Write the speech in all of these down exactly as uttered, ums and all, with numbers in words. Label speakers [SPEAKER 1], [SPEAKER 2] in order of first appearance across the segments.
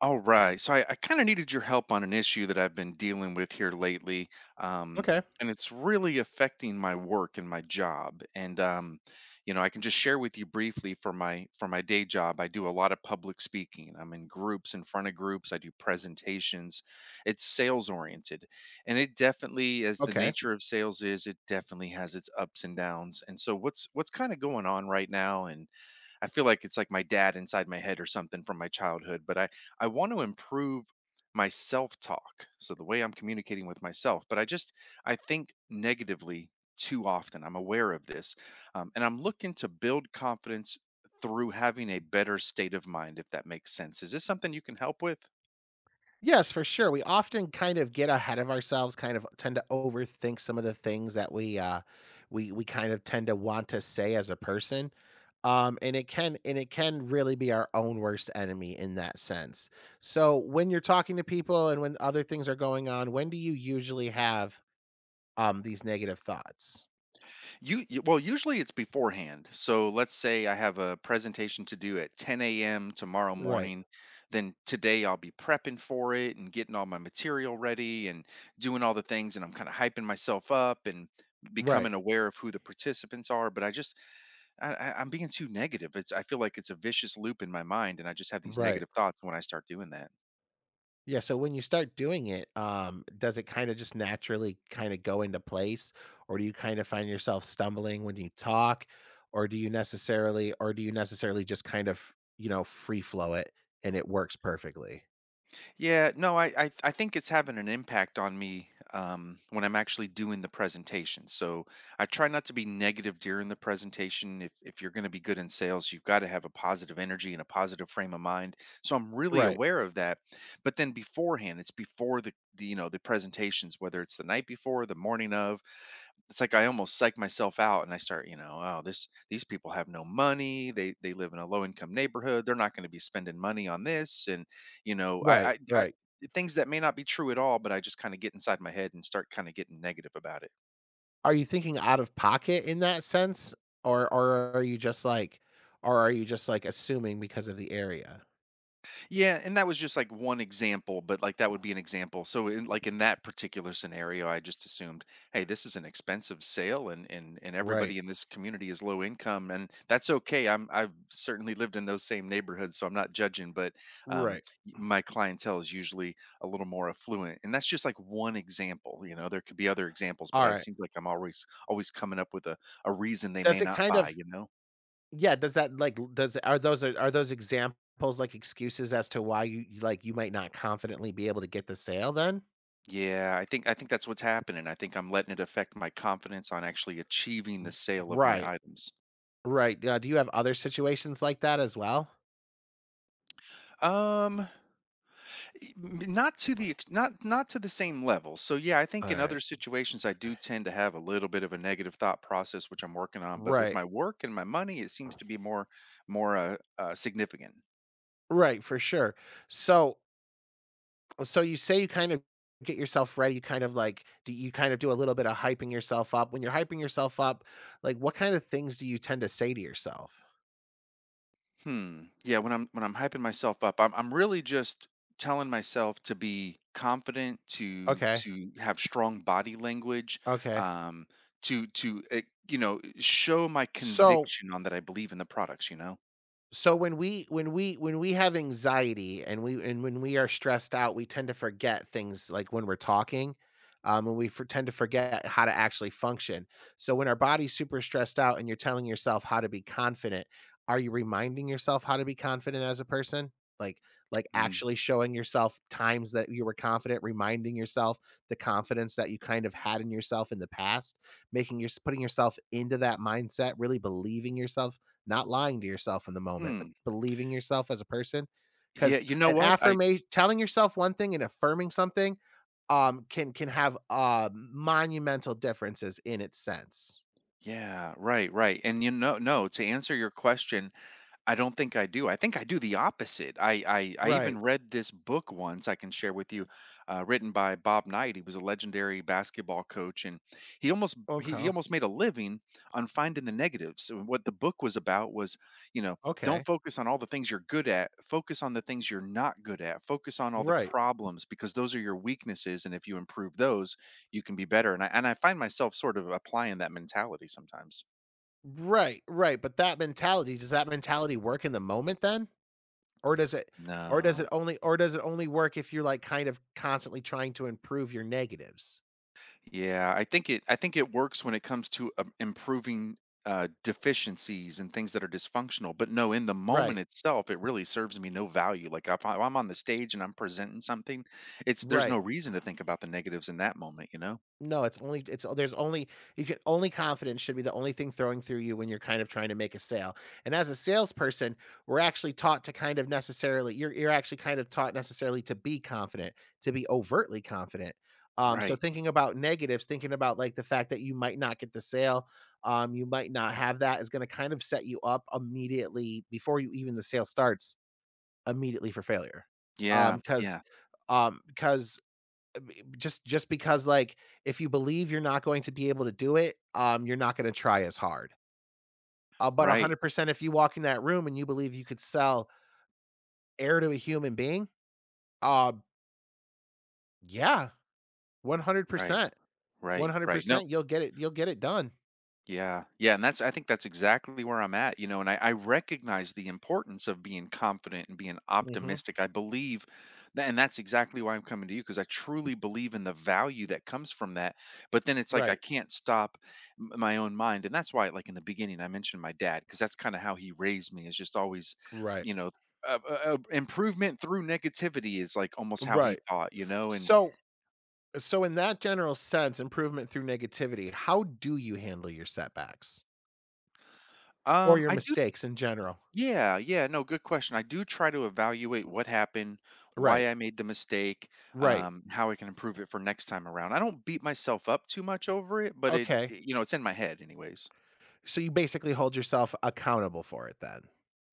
[SPEAKER 1] All right. So I, I kind of needed your help on an issue that I've been dealing with here lately. Um,
[SPEAKER 2] Okay.
[SPEAKER 1] and it's really affecting my work and my job. And um, you know, I can just share with you briefly for my for my day job, I do a lot of public speaking. I'm in groups, in front of groups, I do presentations. It's sales oriented. And it definitely, as the
[SPEAKER 2] Okay.
[SPEAKER 1] nature of sales is, it definitely has its ups and downs. And so what's what's kind of going on right now, and I feel like it's like my dad inside my head or something from my childhood, but I I want to improve my self-talk. So the way I'm communicating with myself, but I just I think negatively too often. I'm aware of this. Um, and I'm looking to build confidence through having a better state of mind, if that makes sense. Is this something you can help with?
[SPEAKER 2] Yes, for sure. We often kind of get ahead of ourselves, kind of tend to overthink some of the things that we uh we we kind of tend to want to say as a person. Um and it can and it can really be our own worst enemy in that sense. So when you're talking to people and when other things are going on, when do you usually have um these negative thoughts?
[SPEAKER 1] You you- well, usually it's beforehand. So let's say I have a presentation to do at ten a m tomorrow
[SPEAKER 2] Right.
[SPEAKER 1] morning. Then today I'll be prepping for it and getting all my material ready and doing all the things. And I'm kind of hyping myself up and
[SPEAKER 2] Right.
[SPEAKER 1] becoming aware of who the participants are. But I just I, I- I'm being too negative. It's I feel like it's a vicious loop in my mind, and I just have these
[SPEAKER 2] Right.
[SPEAKER 1] negative thoughts when I start doing that.
[SPEAKER 2] Yeah, so when you start doing it, um, does it kinda just naturally kinda go into place, or do you kinda find yourself stumbling when you talk, or do you necessarily or do you necessarily just kind of, you know, free flow it and it works perfectly?
[SPEAKER 1] Yeah, no, I, I I think it's having an impact on me um, when I'm actually doing the presentation. So I try not to be negative during the presentation. If if you're going to be good in sales, you've got to have a positive energy and a positive frame of mind. So I'm really
[SPEAKER 2] Right,
[SPEAKER 1] aware of that. But then beforehand, it's before the, the you know the presentations, whether it's the night before, the morning of, it's like I almost psych myself out, and I start, you know, oh, this these people have no money. They they live in a low income neighborhood. They're not going to be spending money on this, you know
[SPEAKER 2] right,
[SPEAKER 1] I I, I
[SPEAKER 2] right.
[SPEAKER 1] Things that may not be true at all, but I just kind of get inside my head and start kind of getting negative about it.
[SPEAKER 2] Are you thinking out of pocket in that sense, or or are you just like or are you just, like, assuming because of the area?
[SPEAKER 1] Yeah, and that was just like one example, but like that would be an example. So in like in that particular scenario, I just assumed, hey, this is an expensive sale, and and and
[SPEAKER 2] Right,
[SPEAKER 1] everybody in this community is low income, and that's okay. I'm I've certainly lived in those same neighborhoods, so I'm not judging, but um
[SPEAKER 2] right.
[SPEAKER 1] y- my clientele is usually a little more affluent. And that's just like one example, you know. There could be other examples, but it
[SPEAKER 2] Alright.
[SPEAKER 1] seems like I'm always always coming up with a a reason they
[SPEAKER 2] Does
[SPEAKER 1] may
[SPEAKER 2] it
[SPEAKER 1] not
[SPEAKER 2] kind
[SPEAKER 1] buy,
[SPEAKER 2] of
[SPEAKER 1] you know.
[SPEAKER 2] Yeah, does that like l does are those uh, are those examples, like, excuses as to why you you like, you might not confidently be able to get the sale then?
[SPEAKER 1] Yeah, I think I think that's what's happening. I think I'm letting it affect my confidence on actually achieving the sale of my
[SPEAKER 2] Right,
[SPEAKER 1] items.
[SPEAKER 2] right. Yeah, do you have other situations like that as well?
[SPEAKER 1] Um, y- m- not to the ex- not not to the same level. So yeah, I think in
[SPEAKER 2] Alright.
[SPEAKER 1] other situations I do tend to have a little bit of a negative thought process, which I'm working on. But
[SPEAKER 2] Right,
[SPEAKER 1] with
[SPEAKER 2] right.
[SPEAKER 1] my work and my money, it seems to be more more uh, uh, significant.
[SPEAKER 2] Right, for sure. So so you say you kind of get yourself ready, you kind of, like, do you kind of do a little bit of hyping yourself up? When you're hyping yourself up, like, what kind of things do you tend to say to yourself?
[SPEAKER 1] Hmm. Yeah, when I'm when I'm hyping myself up, I'm I'm really just telling myself to be confident, to
[SPEAKER 2] Okay,
[SPEAKER 1] to have strong body language,
[SPEAKER 2] okay.
[SPEAKER 1] um, to to uh, you know show my
[SPEAKER 2] So
[SPEAKER 1] conviction on that I believe in the products. You know.
[SPEAKER 2] So when we when we when we have anxiety and we and when we are stressed out, we tend to forget things like when we're talking, um, and we for tend to forget how to actually function. So when our body's super stressed out and you're telling yourself how to be confident, are you reminding yourself how to be confident as a person? Like like
[SPEAKER 1] Mm.
[SPEAKER 2] actually showing yourself times that you were confident, reminding yourself the confidence that you kind of had in yourself in the past, making your putting yourself into that mindset, really believing yourself not lying to yourself in the moment, but
[SPEAKER 1] Hmm.
[SPEAKER 2] believing yourself as a person,
[SPEAKER 1] Yeah.
[SPEAKER 2] because
[SPEAKER 1] You know
[SPEAKER 2] an
[SPEAKER 1] what? I.
[SPEAKER 2] affirmation telling yourself one thing and affirming something, um, can can have, uh, monumental differences in its sense.
[SPEAKER 1] Yeah. Right. Right. And you know, no. To answer your question, I don't think I do. I think I do the opposite. I I, I
[SPEAKER 2] Right.
[SPEAKER 1] even read this book once. I can share with you, uh, written by Bob Knight. He was a legendary basketball coach, and he almost he, he
[SPEAKER 2] Okay.
[SPEAKER 1] almost made a living on finding the negatives. And what the book was about was, you know,
[SPEAKER 2] Okay.
[SPEAKER 1] don't focus on all the things you're good at. Focus on the things you're not good at. Focus on all the
[SPEAKER 2] Right.
[SPEAKER 1] problems, because those are your weaknesses, and if you improve those, you can be better. And I and I find myself sort of applying that mentality sometimes.
[SPEAKER 2] Right, right, but that mentality does that mentality work in the moment then? Or does it or does it
[SPEAKER 1] No.
[SPEAKER 2] only or does it only work if you're, like, kind of constantly trying to improve your negatives?
[SPEAKER 1] Yeah, I think it I think it works when it comes to um, improving uh, deficiencies and things that are dysfunctional. But no, in the moment
[SPEAKER 2] Right.
[SPEAKER 1] itself, it really serves me no value. Like if I- I'm on the stage and I'm presenting something, it's there's
[SPEAKER 2] Right.
[SPEAKER 1] no reason to think about the negatives in that moment, you know?
[SPEAKER 2] No, it's only it's oh, there's only you can only confidence should be the only thing throwing through you when you're kind of trying to make a sale. And as a salesperson, we're actually taught to kind of necessarily you're you're actually kind of taught necessarily to be confident, to be overtly confident. Um, so
[SPEAKER 1] Right.
[SPEAKER 2] thinking about negatives, thinking about like the fact that you might not get the sale, um, you might not have that is going to kind of set you up immediately before you even the sale starts immediately for failure. Um,
[SPEAKER 1] Yeah.
[SPEAKER 2] because
[SPEAKER 1] Yeah.
[SPEAKER 2] um, because just just because like if you believe you're not going to be able to do it, um, you're not going to try as hard. Uh, but
[SPEAKER 1] Right.
[SPEAKER 2] one hundred percent if you walk in that room and you believe you could sell air to a human being, uh, yeah,
[SPEAKER 1] Right.
[SPEAKER 2] one hundred percent.
[SPEAKER 1] Right. Right. No.
[SPEAKER 2] one hundred percent you'll get it you'll get it done.
[SPEAKER 1] Yeah. Yeah. And that's, I think that's exactly where I'm at, you know, and I, I recognize the importance of being confident and being
[SPEAKER 2] Mhm.
[SPEAKER 1] optimistic. I believe that, and that's exactly why I'm coming to you, because I truly believe in the value that comes from that. But then it's like I
[SPEAKER 2] Right.
[SPEAKER 1] can't stop m- my own mind. And that's why, like in the beginning, I mentioned my dad, because that's kind of how he raised me, is just always,
[SPEAKER 2] Right.
[SPEAKER 1] you know, uh, uh, uh, improvement through negativity is like almost how he
[SPEAKER 2] Right.
[SPEAKER 1] thought, you know, and
[SPEAKER 2] So so in that general sense, improvement through negativity, how do you handle your setbacks or
[SPEAKER 1] um,
[SPEAKER 2] your
[SPEAKER 1] I do.
[SPEAKER 2] mistakes in general?
[SPEAKER 1] Yeah, yeah, no, good question. I do try to evaluate what happened,
[SPEAKER 2] Right.
[SPEAKER 1] why I made the mistake,
[SPEAKER 2] Right.
[SPEAKER 1] um, how I can improve it for next time around. I don't beat myself up too much over it, but it,
[SPEAKER 2] Okay.
[SPEAKER 1] it- you know, it's in my head anyways.
[SPEAKER 2] So you basically hold yourself accountable for it then?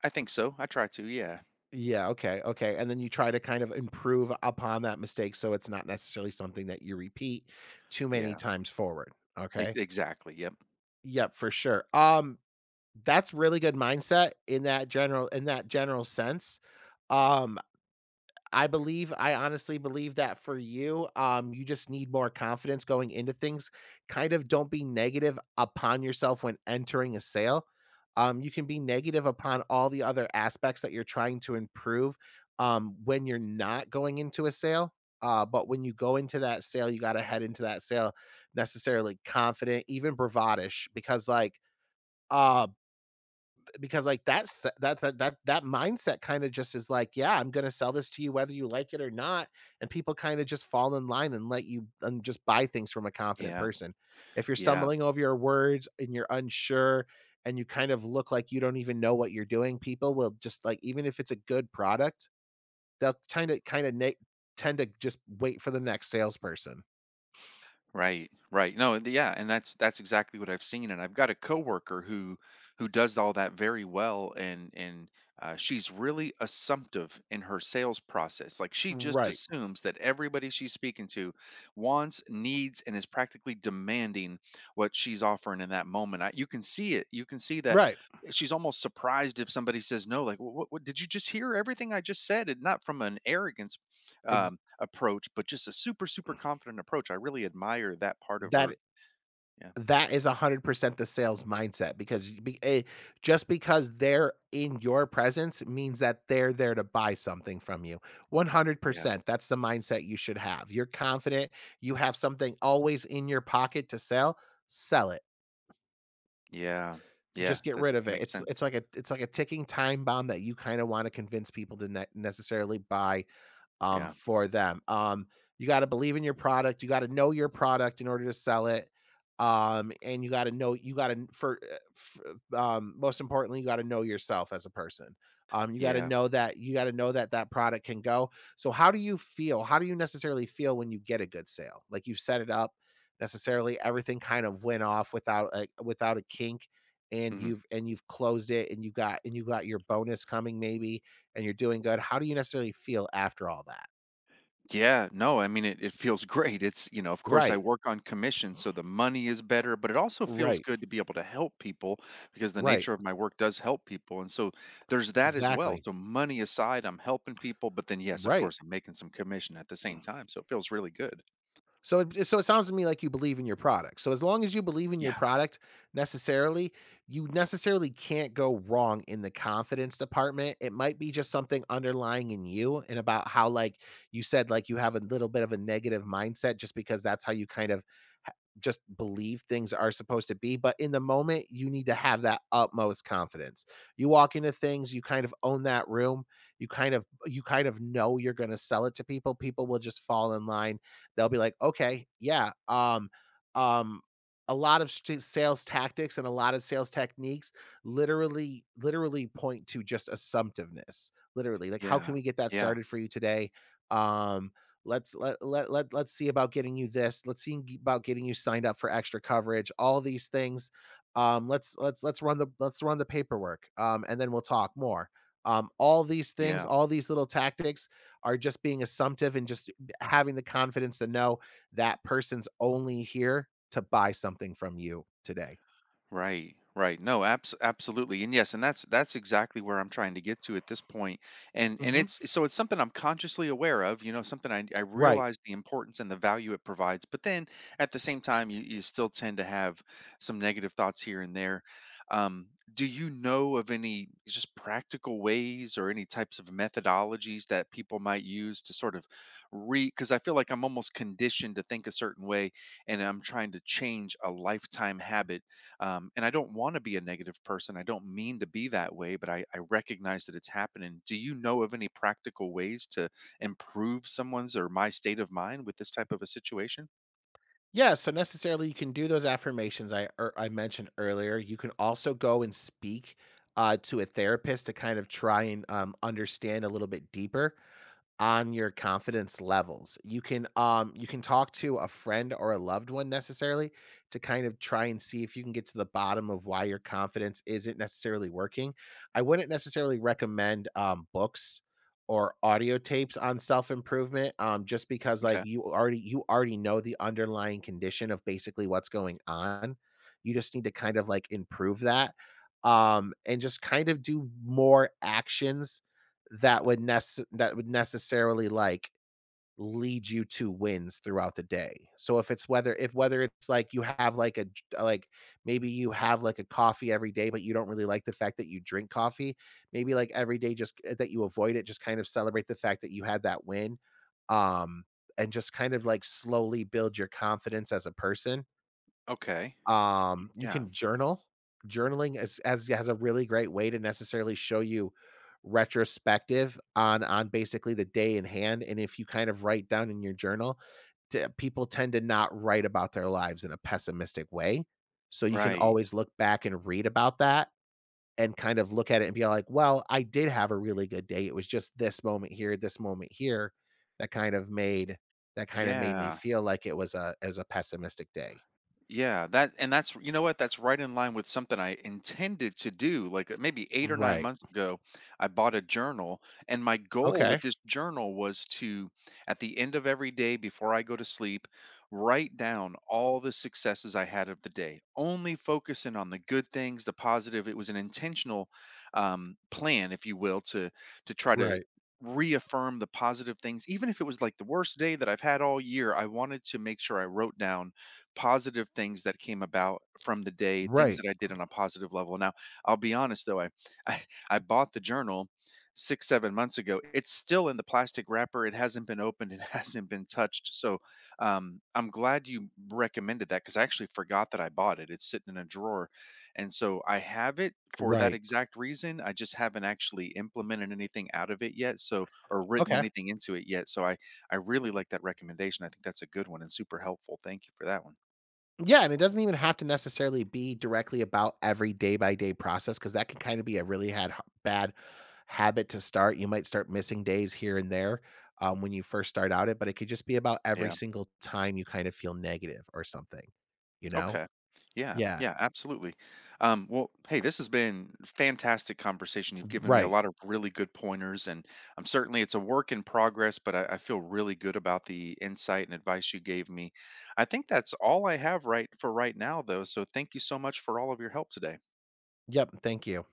[SPEAKER 1] I think so. I try to. Yeah.
[SPEAKER 2] Yeah, okay, okay, and then you try to kind of improve upon that mistake so it's not necessarily something that you repeat too many
[SPEAKER 1] Yeah.
[SPEAKER 2] times forward,
[SPEAKER 1] e-
[SPEAKER 2] okay?
[SPEAKER 1] Exactly. Yep.
[SPEAKER 2] Yep, for sure. Um, that's really good mindset in that general in that general sense. Um I believe I honestly believe that for you, um, you just need more confidence going into things. Kind of don't be negative upon yourself when entering a sale. Um, you can be negative upon all the other aspects that you're trying to improve um, when you're not going into a sale. Uh, but when you go into that sale, you got to head into that sale necessarily confident, even bravadish, because like uh, because like that's that that that that mindset kind of just is like, yeah, I'm gonna sell this to you whether you like it or not, and people kind of just fall in line and let you and just buy things from a confident
[SPEAKER 1] Yeah.
[SPEAKER 2] person. If you're
[SPEAKER 1] Yeah.
[SPEAKER 2] stumbling over your words and you're unsure and you kind of look like you don't even know what you're doing, people will just like even if it's a good product, they'll kind of kind of na- tend to just wait for the next salesperson.
[SPEAKER 1] Right, right. No, and yeah, and that's that's exactly what I've seen. And I've got a coworker who who does all that very well, and and uh, she's really assumptive in her sales process. Like she just
[SPEAKER 2] Right,
[SPEAKER 1] assumes that everybody she's speaking to wants, needs, and is practically demanding what she's offering in that moment. I, you can see it. You can see that
[SPEAKER 2] right.
[SPEAKER 1] she's almost surprised if somebody says no. Like, what, what did you just hear? Everything I just said, and not from an arrogance
[SPEAKER 2] Ex-
[SPEAKER 1] um, approach, but just a super, super confident approach. I really admire that part of
[SPEAKER 2] that
[SPEAKER 1] her. Yeah.
[SPEAKER 2] That is one hundred percent the sales mindset because you be eh, just because they're in your presence means that they're there to buy something from you.
[SPEAKER 1] Yeah.
[SPEAKER 2] one hundred percent, that's the mindset you should have. You're confident, you have something always in your pocket to sell, sell it.
[SPEAKER 1] Yeah. Yeah.
[SPEAKER 2] Just get
[SPEAKER 1] That,
[SPEAKER 2] rid of
[SPEAKER 1] that
[SPEAKER 2] it.
[SPEAKER 1] makes
[SPEAKER 2] It's
[SPEAKER 1] sense.
[SPEAKER 2] it's like a it's like a ticking time bomb that you kinda wanna convince people to ne necessarily buy um,
[SPEAKER 1] Yeah.
[SPEAKER 2] for them. Um, you got to believe in your product. You got to know your product in order to sell it. Um, and you got to know, you got to, for, uh, um, most importantly, you got to know yourself as a person. Um, you got to
[SPEAKER 1] Yeah.
[SPEAKER 2] know that, you got to know that that product can go. So, how do you feel? How do you necessarily feel when you get a good sale? Like you've set it up necessarily, everything kind of went off without a, without a kink and
[SPEAKER 1] Hmm.
[SPEAKER 2] you've and you've closed it and you got and you got your bonus coming maybe and you're doing good, how do you necessarily feel after all that?
[SPEAKER 1] Yeah. No, I mean, it, it feels great. It's, you know, of course, I
[SPEAKER 2] Right,
[SPEAKER 1] work on commission, so the money is better, but it also feels
[SPEAKER 2] right,
[SPEAKER 1] good to be able to help people, because the
[SPEAKER 2] right,
[SPEAKER 1] nature of my work does help people. And so there's that as well.
[SPEAKER 2] exactly,
[SPEAKER 1] So, money aside, I'm helping people, but then, yes, of
[SPEAKER 2] right.
[SPEAKER 1] course, I'm making some commission at the same time. So it feels really good.
[SPEAKER 2] So it so it sounds to me like you believe in your product. So as long as you believe in your
[SPEAKER 1] Yeah.
[SPEAKER 2] product necessarily, you necessarily can't go wrong in the confidence department. It might be just something underlying in you and about how like you said like you have a little bit of a negative mindset just because that's how you kind of ha- just believe things are supposed to be, but in the moment you need to have that utmost confidence. You walk into things, you kind of own that room, you kind of you kind of know you're going to sell it to people. People will just fall in line. They'll be like, "Okay, yeah." Um, um, a lot of st- sales tactics and a lot of sales techniques literally literally point to just assumptiveness, literally, like, "How can
[SPEAKER 1] Yeah.
[SPEAKER 2] we get that
[SPEAKER 1] Yeah.
[SPEAKER 2] started for you today? um let's let, let let let's see about getting you this. Let's see g- about getting you signed up for extra coverage, all these things. Um let's let's let's run the let's run the paperwork, um and then we'll talk more. Um all these things,
[SPEAKER 1] Yeah.
[SPEAKER 2] all these little tactics are just being assumptive and just having the confidence to know that person's only here to buy something from you today."
[SPEAKER 1] Right, right. No, abs- absolutely. And yes, and that's that's exactly where I'm trying to get to at this point. And and
[SPEAKER 2] Hmm.
[SPEAKER 1] it's so it's something I'm consciously aware of, you know, something I I
[SPEAKER 2] Right.
[SPEAKER 1] realize the importance and the value it provides. But then at the same time, you you still tend to have some negative thoughts here and there. Um, do you know of any just practical ways or any types of methodologies that people might use to sort of re because I feel like I'm almost conditioned to think a certain way, and I'm trying to change a lifetime habit, um, and I don't want to be a negative person. I don't mean to be that way, but I, I recognize that it's happening. Do you know of any practical ways to improve someone's or my state of mind with this type of a situation?
[SPEAKER 2] Yeah, so necessarily you can do those affirmations I er, I mentioned earlier. You can also go and speak uh, to a therapist to kind of try and um, understand a little bit deeper on your confidence levels. You can um you can talk to a friend or a loved one necessarily to kind of try and see if you can get to the bottom of why your confidence isn't necessarily working. I wouldn't necessarily recommend um books or audio tapes on self-improvement um just because like
[SPEAKER 1] Okay.
[SPEAKER 2] you already you already know the underlying condition of basically what's going on. You just need to kind of like improve that um and just kind of do more actions that would nece- that would necessarily like lead you to wins throughout the day. So if it's whether if whether it's like you have like a j- uh, like maybe you have like a coffee every day but you don't really like the fact that you drink coffee. Maybe like every day, just uh, that you avoid it, just kind of celebrate the fact that you had that win, um and just kind of like slowly build your confidence as a person.
[SPEAKER 1] Okay.
[SPEAKER 2] Um, you
[SPEAKER 1] Yeah.
[SPEAKER 2] can journal. Journaling is as has a really great way to necessarily show you retrospective on on basically the day in hand, and if you kind of write down in your journal, t people tend to not write about their lives in a pessimistic way, so you can
[SPEAKER 1] Right.
[SPEAKER 2] always look back and read about that and kind of look at it and be like, "Well, I did have a really good day. It was just this moment here, this moment here that kind of made that kind of made me
[SPEAKER 1] Yeah.
[SPEAKER 2] feel like it was a as a pessimistic day."
[SPEAKER 1] Yeah, that and that's, you know what? That's right in line with something I intended to do. Like uh, maybe eight or nine
[SPEAKER 2] Right.
[SPEAKER 1] months ago, I bought a journal, and my goal
[SPEAKER 2] Okay.
[SPEAKER 1] with this journal was to, at the end of every day before I go to sleep, write down all the successes I had of the day, only focusing on the good things, the positive. It was an intentional um, plan, if you will, to to try to
[SPEAKER 2] Right.
[SPEAKER 1] reaffirm the positive things, even if it was like the worst day that I've had all year. I wanted to make sure I wrote down positive things that came about from the day, things
[SPEAKER 2] Right.
[SPEAKER 1] that I did on a positive level. Now, I'll be honest though, I I, I bought the journal six, seven months ago. It's still in the plastic wrapper. It hasn't been opened. It hasn't been touched. So um, I'm glad you recommended that, because I actually forgot that I bought it. It's sitting in a drawer. And so I have it for that
[SPEAKER 2] Right.
[SPEAKER 1] exact reason. I just haven't actually implemented anything out of it yet. So, or written
[SPEAKER 2] Okay.
[SPEAKER 1] anything into it yet. So I, I really like that recommendation. I think that's a good one and super helpful. Thank you for that one.
[SPEAKER 2] Yeah, and it doesn't even have to necessarily be directly about every day by day process because that can kind of be a really had bad habit to start. You might start missing days here and there, um, when you first start out it, but it could just be about every
[SPEAKER 1] Yeah.
[SPEAKER 2] single time you kind of feel negative or something. You know?
[SPEAKER 1] Okay. Yeah.
[SPEAKER 2] Yeah.
[SPEAKER 1] Yeah. Absolutely. Um, well, hey, this has been fantastic conversation. You've given me a
[SPEAKER 2] Right.
[SPEAKER 1] lot of really good pointers, and I'm certainly it's a work in progress, but I, I feel really good about the insight and advice you gave me. I think that's all I have right for right now, though. So thank you so much for all of your help today.
[SPEAKER 2] Yep. Thank you.